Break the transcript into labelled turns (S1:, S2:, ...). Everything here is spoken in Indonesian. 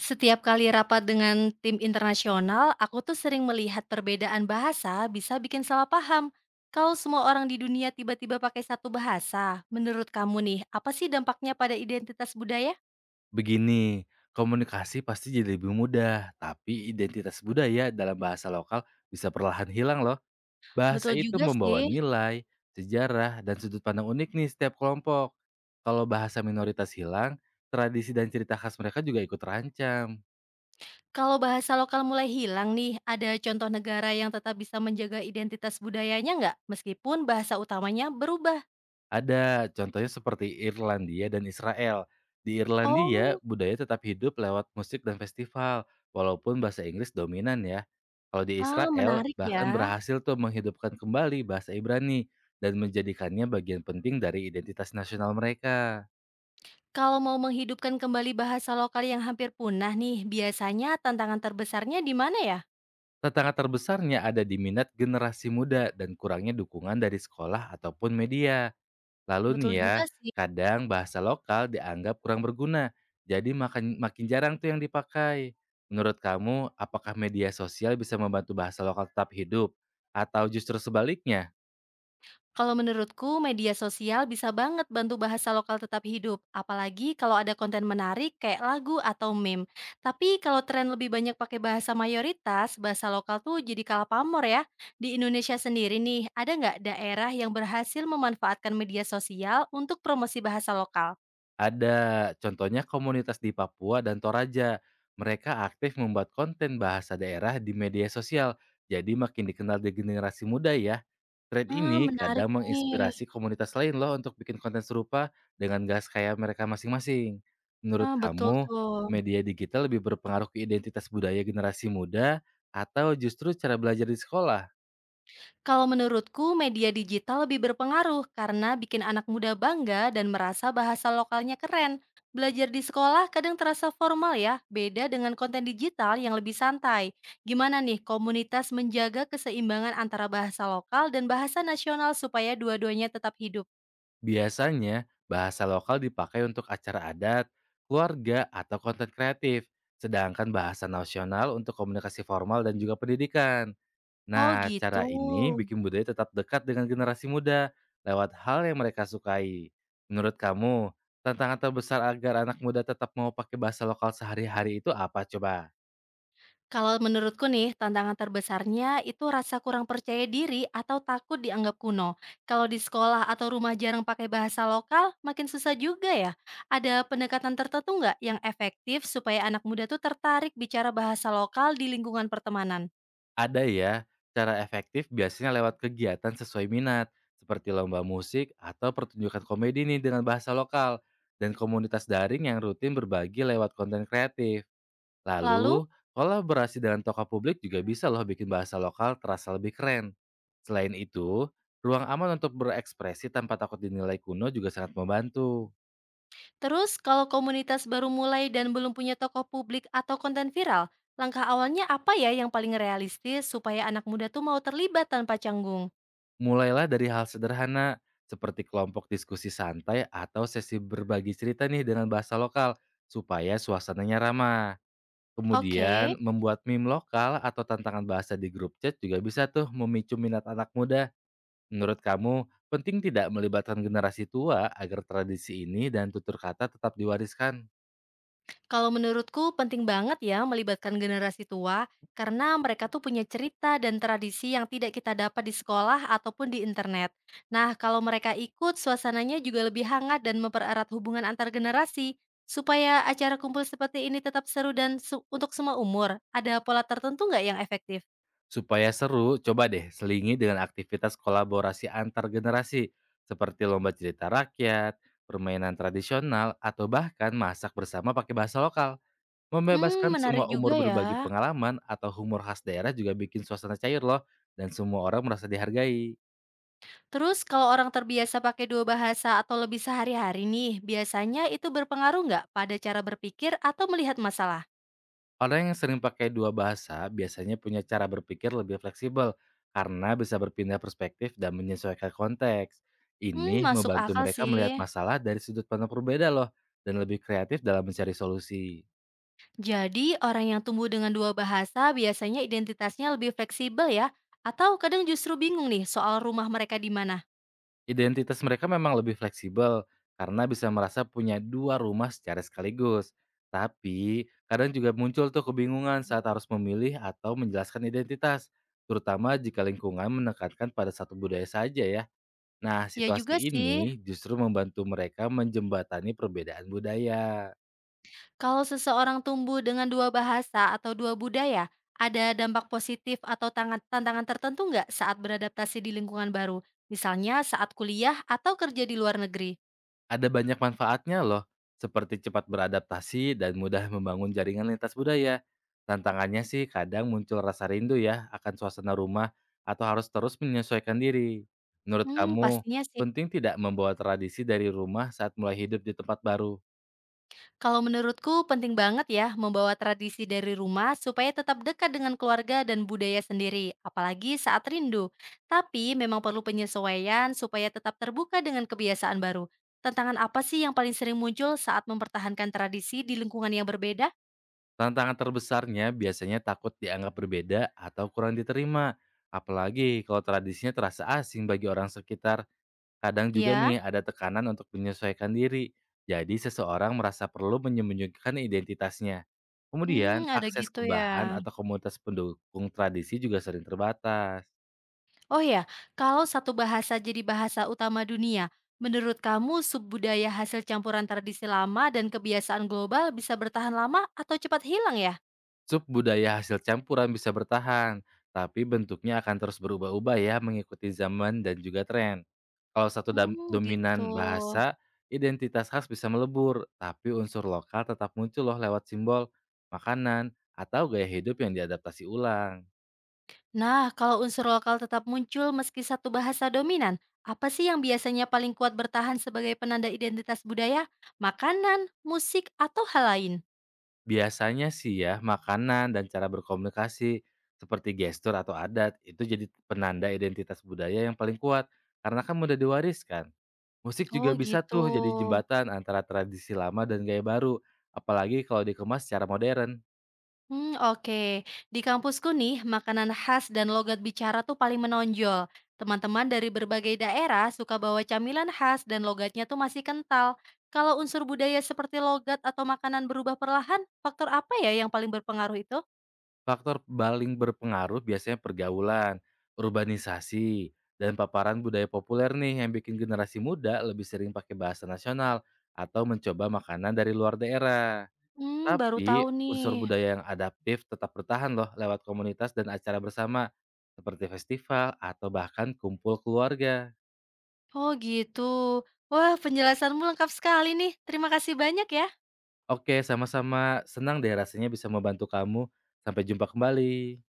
S1: Setiap kali rapat dengan tim internasional, aku tuh sering melihat perbedaan bahasa bisa bikin salah paham. Kalau semua orang di dunia tiba-tiba pakai satu bahasa, menurut kamu nih, apa sih dampaknya pada identitas budaya?
S2: Begini, komunikasi pasti jadi lebih mudah, tapi identitas budaya dalam bahasa lokal bisa perlahan hilang loh. Bahasa
S1: Betul
S2: itu
S1: juga sih.
S2: membawa nilai, sejarah, dan sudut pandang unik nih setiap kelompok. Kalau bahasa minoritas hilang, tradisi dan cerita khas mereka juga ikut terancam.
S1: Kalau bahasa lokal mulai hilang nih, ada contoh negara yang tetap bisa menjaga identitas budayanya nggak? Meskipun bahasa utamanya berubah.
S2: Ada, contohnya seperti Irlandia dan Israel. Di Irlandia,
S1: Oh,
S2: budaya tetap hidup lewat musik dan festival, walaupun bahasa Inggris dominan ya. Kalau di
S1: ah
S2: Israel,
S1: menarik ya.
S2: bahkan berhasil tuh menghidupkan kembali bahasa Ibrani dan menjadikannya bagian penting dari identitas nasional mereka.
S1: Kalau mau menghidupkan kembali bahasa lokal yang hampir punah nih, biasanya tantangan terbesarnya di mana ya?
S2: Tantangan terbesarnya ada di minat generasi muda dan kurangnya dukungan dari sekolah ataupun media. Lalu
S1: Betul
S2: nih ya,
S1: juga sih.
S2: kadang bahasa lokal dianggap kurang berguna, jadi makin makin jarang tuh yang dipakai. Menurut kamu, apakah media sosial bisa membantu bahasa lokal tetap hidup? Atau justru sebaliknya,
S1: Kalau menurutku, media sosial bisa banget bantu bahasa lokal tetap hidup, apalagi kalau ada konten menarik kayak lagu atau meme. Tapi kalau tren lebih banyak pakai bahasa mayoritas, bahasa lokal tuh jadi kalah pamor ya. Di Indonesia sendiri nih, ada nggak daerah yang berhasil memanfaatkan media sosial untuk promosi bahasa lokal?
S2: ada, contohnya komunitas di Papua dan Toraja. Mereka aktif membuat konten bahasa daerah di media sosial, jadi makin dikenal di generasi muda ya. Tren
S1: Ah,
S2: ini
S1: menarik
S2: kadang
S1: nih.
S2: menginspirasi komunitas lain loh untuk bikin konten serupa dengan gas kayak mereka masing-masing. Menurut
S1: Ah, betul
S2: kamu,
S1: tuh.
S2: media digital lebih berpengaruh ke identitas budaya generasi muda atau justru cara belajar di sekolah?
S1: Kalau menurutku, media digital lebih berpengaruh karena bikin anak muda bangga dan merasa bahasa lokalnya keren. Belajar di sekolah kadang terasa formal ya, beda dengan konten digital yang lebih santai. Gimana nih komunitas menjaga keseimbangan antara bahasa lokal dan bahasa nasional supaya dua-duanya tetap hidup?
S2: Biasanya, bahasa lokal dipakai untuk acara adat, keluarga, atau konten kreatif, sedangkan bahasa nasional untuk komunikasi formal dan juga pendidikan.
S1: Oh
S2: Nah,
S1: gitu.
S2: cara ini bikin budaya tetap dekat dengan generasi muda lewat hal yang mereka sukai. Menurut kamu, tantangan terbesar agar anak muda tetap mau pakai bahasa lokal sehari-hari itu apa coba?
S1: Kalau menurutku nih, tantangan terbesarnya itu rasa kurang percaya diri atau takut dianggap kuno. Kalau di sekolah atau rumah jarang pakai bahasa lokal, makin susah juga ya. Ada pendekatan tertentu nggak yang efektif supaya anak muda tuh tertarik bicara bahasa lokal di lingkungan pertemanan?
S2: Ada ya, cara efektif biasanya lewat kegiatan sesuai minat, seperti lomba musik atau pertunjukan komedi nih dengan bahasa lokal, dan komunitas daring yang rutin berbagi lewat konten kreatif.
S1: Lalu,
S2: Lalu, kolaborasi dengan tokoh publik juga bisa loh bikin bahasa lokal terasa lebih keren. Selain itu, ruang aman untuk berekspresi tanpa takut dinilai kuno juga sangat membantu.
S1: terus kalau komunitas baru mulai dan belum punya tokoh publik atau konten viral, langkah awalnya apa ya yang paling realistis supaya anak muda tuh mau terlibat tanpa canggung?
S2: Mulailah dari hal sederhana, seperti kelompok diskusi santai atau sesi berbagi cerita nih dengan bahasa lokal, supaya suasananya ramah.
S1: Oke.
S2: Kemudian, membuat meme lokal atau tantangan bahasa di grup chat juga bisa tuh memicu minat anak muda. Menurut kamu, penting tidak melibatkan generasi tua agar tradisi ini dan tutur kata tetap diwariskan?
S1: Kalau menurutku penting banget ya melibatkan generasi tua karena mereka tuh punya cerita dan tradisi yang tidak kita dapat di sekolah ataupun di internet. Nah, kalau mereka ikut, suasananya juga lebih hangat dan mempererat hubungan antar generasi. Supaya acara kumpul seperti ini tetap seru dan untuk semua umur, ada pola tertentu nggak yang efektif?
S2: Supaya seru, coba deh selingi dengan aktivitas kolaborasi antar generasi seperti lomba cerita rakyat, permainan tradisional, atau bahkan masak bersama pakai bahasa lokal.
S1: Hmm,
S2: Membebaskan
S1: menarik
S2: semua
S1: juga
S2: umur
S1: ya.
S2: berbagi pengalaman atau humor khas daerah juga bikin suasana cair loh dan semua orang merasa dihargai.
S1: Terus kalau orang terbiasa pakai dua bahasa atau lebih sehari-hari nih, biasanya itu berpengaruh nggak pada cara berpikir atau melihat masalah?
S2: Orang yang sering pakai dua bahasa biasanya punya cara berpikir lebih fleksibel karena bisa berpindah perspektif dan menyesuaikan konteks.
S1: Hmm,
S2: Ini
S1: masuk
S2: membantu
S1: akal
S2: mereka melihat
S1: sih.
S2: masalah dari sudut pandang berbeda loh dan lebih kreatif dalam mencari solusi.
S1: Jadi orang yang tumbuh dengan 2 bahasa biasanya identitasnya lebih fleksibel ya, atau kadang justru bingung nih soal rumah mereka di mana?
S2: Identitas mereka memang lebih fleksibel karena bisa merasa punya dua rumah secara sekaligus. Tapi kadang juga muncul tuh kebingungan saat harus memilih atau menjelaskan identitas, terutama jika lingkungan menekankan pada satu budaya saja ya. Nah,
S1: Ya
S2: situasi
S1: juga sih,
S2: ini justru membantu mereka menjembatani perbedaan budaya.
S1: kalau seseorang tumbuh dengan 2 bahasa atau 2 budaya, ada dampak positif atau tantangan tertentu nggak saat beradaptasi di lingkungan baru? Misalnya saat kuliah atau kerja di luar negeri?
S2: Ada banyak manfaatnya loh, seperti cepat beradaptasi dan mudah membangun jaringan lintas budaya. Tantangannya sih kadang muncul rasa rindu ya akan suasana rumah atau harus terus menyesuaikan diri. Menurut
S1: Hmm,
S2: kamu,
S1: pastinya sih.
S2: penting tidak membawa tradisi dari rumah saat mulai hidup di tempat baru?
S1: Kalau menurutku penting banget ya membawa tradisi dari rumah supaya tetap dekat dengan keluarga dan budaya sendiri, apalagi saat rindu. Tapi memang perlu penyesuaian supaya tetap terbuka dengan kebiasaan baru. Tantangan apa sih yang paling sering muncul saat mempertahankan tradisi di lingkungan yang berbeda?
S2: Tantangan terbesarnya biasanya takut dianggap berbeda atau kurang diterima, apalagi kalau tradisinya terasa asing bagi orang sekitar. Kadang juga
S1: Ya,
S2: nih ada tekanan untuk menyesuaikan diri, jadi seseorang merasa perlu menyembunyikan identitasnya.
S1: hmm,
S2: Kemudian,
S1: ada
S2: akses
S1: gitu
S2: ke
S1: ya.
S2: bahan atau komunitas pendukung tradisi juga sering terbatas.
S1: Oh ya, kalau satu bahasa jadi bahasa utama dunia, menurut kamu subbudaya hasil campuran tradisi lama dan kebiasaan global bisa bertahan lama atau cepat hilang ya?
S2: Sub budaya hasil campuran bisa bertahan, tapi bentuknya akan terus berubah-ubah ya mengikuti zaman dan juga tren. Kalau satu
S1: Hmm gitu.
S2: dominan bahasa, identitas khas bisa melebur, tapi unsur lokal tetap muncul loh lewat simbol, makanan, atau gaya hidup yang diadaptasi ulang.
S1: Nah, kalau unsur lokal tetap muncul meski satu bahasa dominan, apa sih yang biasanya paling kuat bertahan sebagai penanda identitas budaya? Makanan, musik, atau hal lain?
S2: Biasanya sih ya, makanan dan cara berkomunikasi seperti gestur atau adat itu jadi penanda identitas budaya yang paling kuat karena kan mudah diwariskan. Musik juga
S1: Oh,
S2: bisa
S1: gitu.
S2: tuh jadi jembatan antara tradisi lama dan gaya baru, apalagi kalau dikemas secara modern.
S1: Hmm oke. Di kampusku nih, makanan khas dan logat bicara tuh paling menonjol. Teman-teman dari berbagai daerah suka bawa camilan khas dan logatnya tuh masih kental. Kalau unsur budaya seperti logat atau makanan berubah perlahan, faktor apa ya yang paling berpengaruh itu?
S2: Faktor paling berpengaruh biasanya pergaulan, urbanisasi, dan paparan budaya populer nih yang bikin generasi muda lebih sering pakai bahasa nasional atau mencoba makanan dari luar daerah.
S1: Mmm, baru
S2: Tapi,
S1: tahu nih.
S2: unsur budaya yang adaptif tetap bertahan loh lewat komunitas dan acara bersama, seperti festival atau bahkan kumpul keluarga.
S1: Oh gitu. Wah penjelasanmu lengkap sekali nih. Terima kasih banyak ya.
S2: Oke, sama-sama. Senang deh rasanya bisa membantu kamu. Sampai jumpa kembali.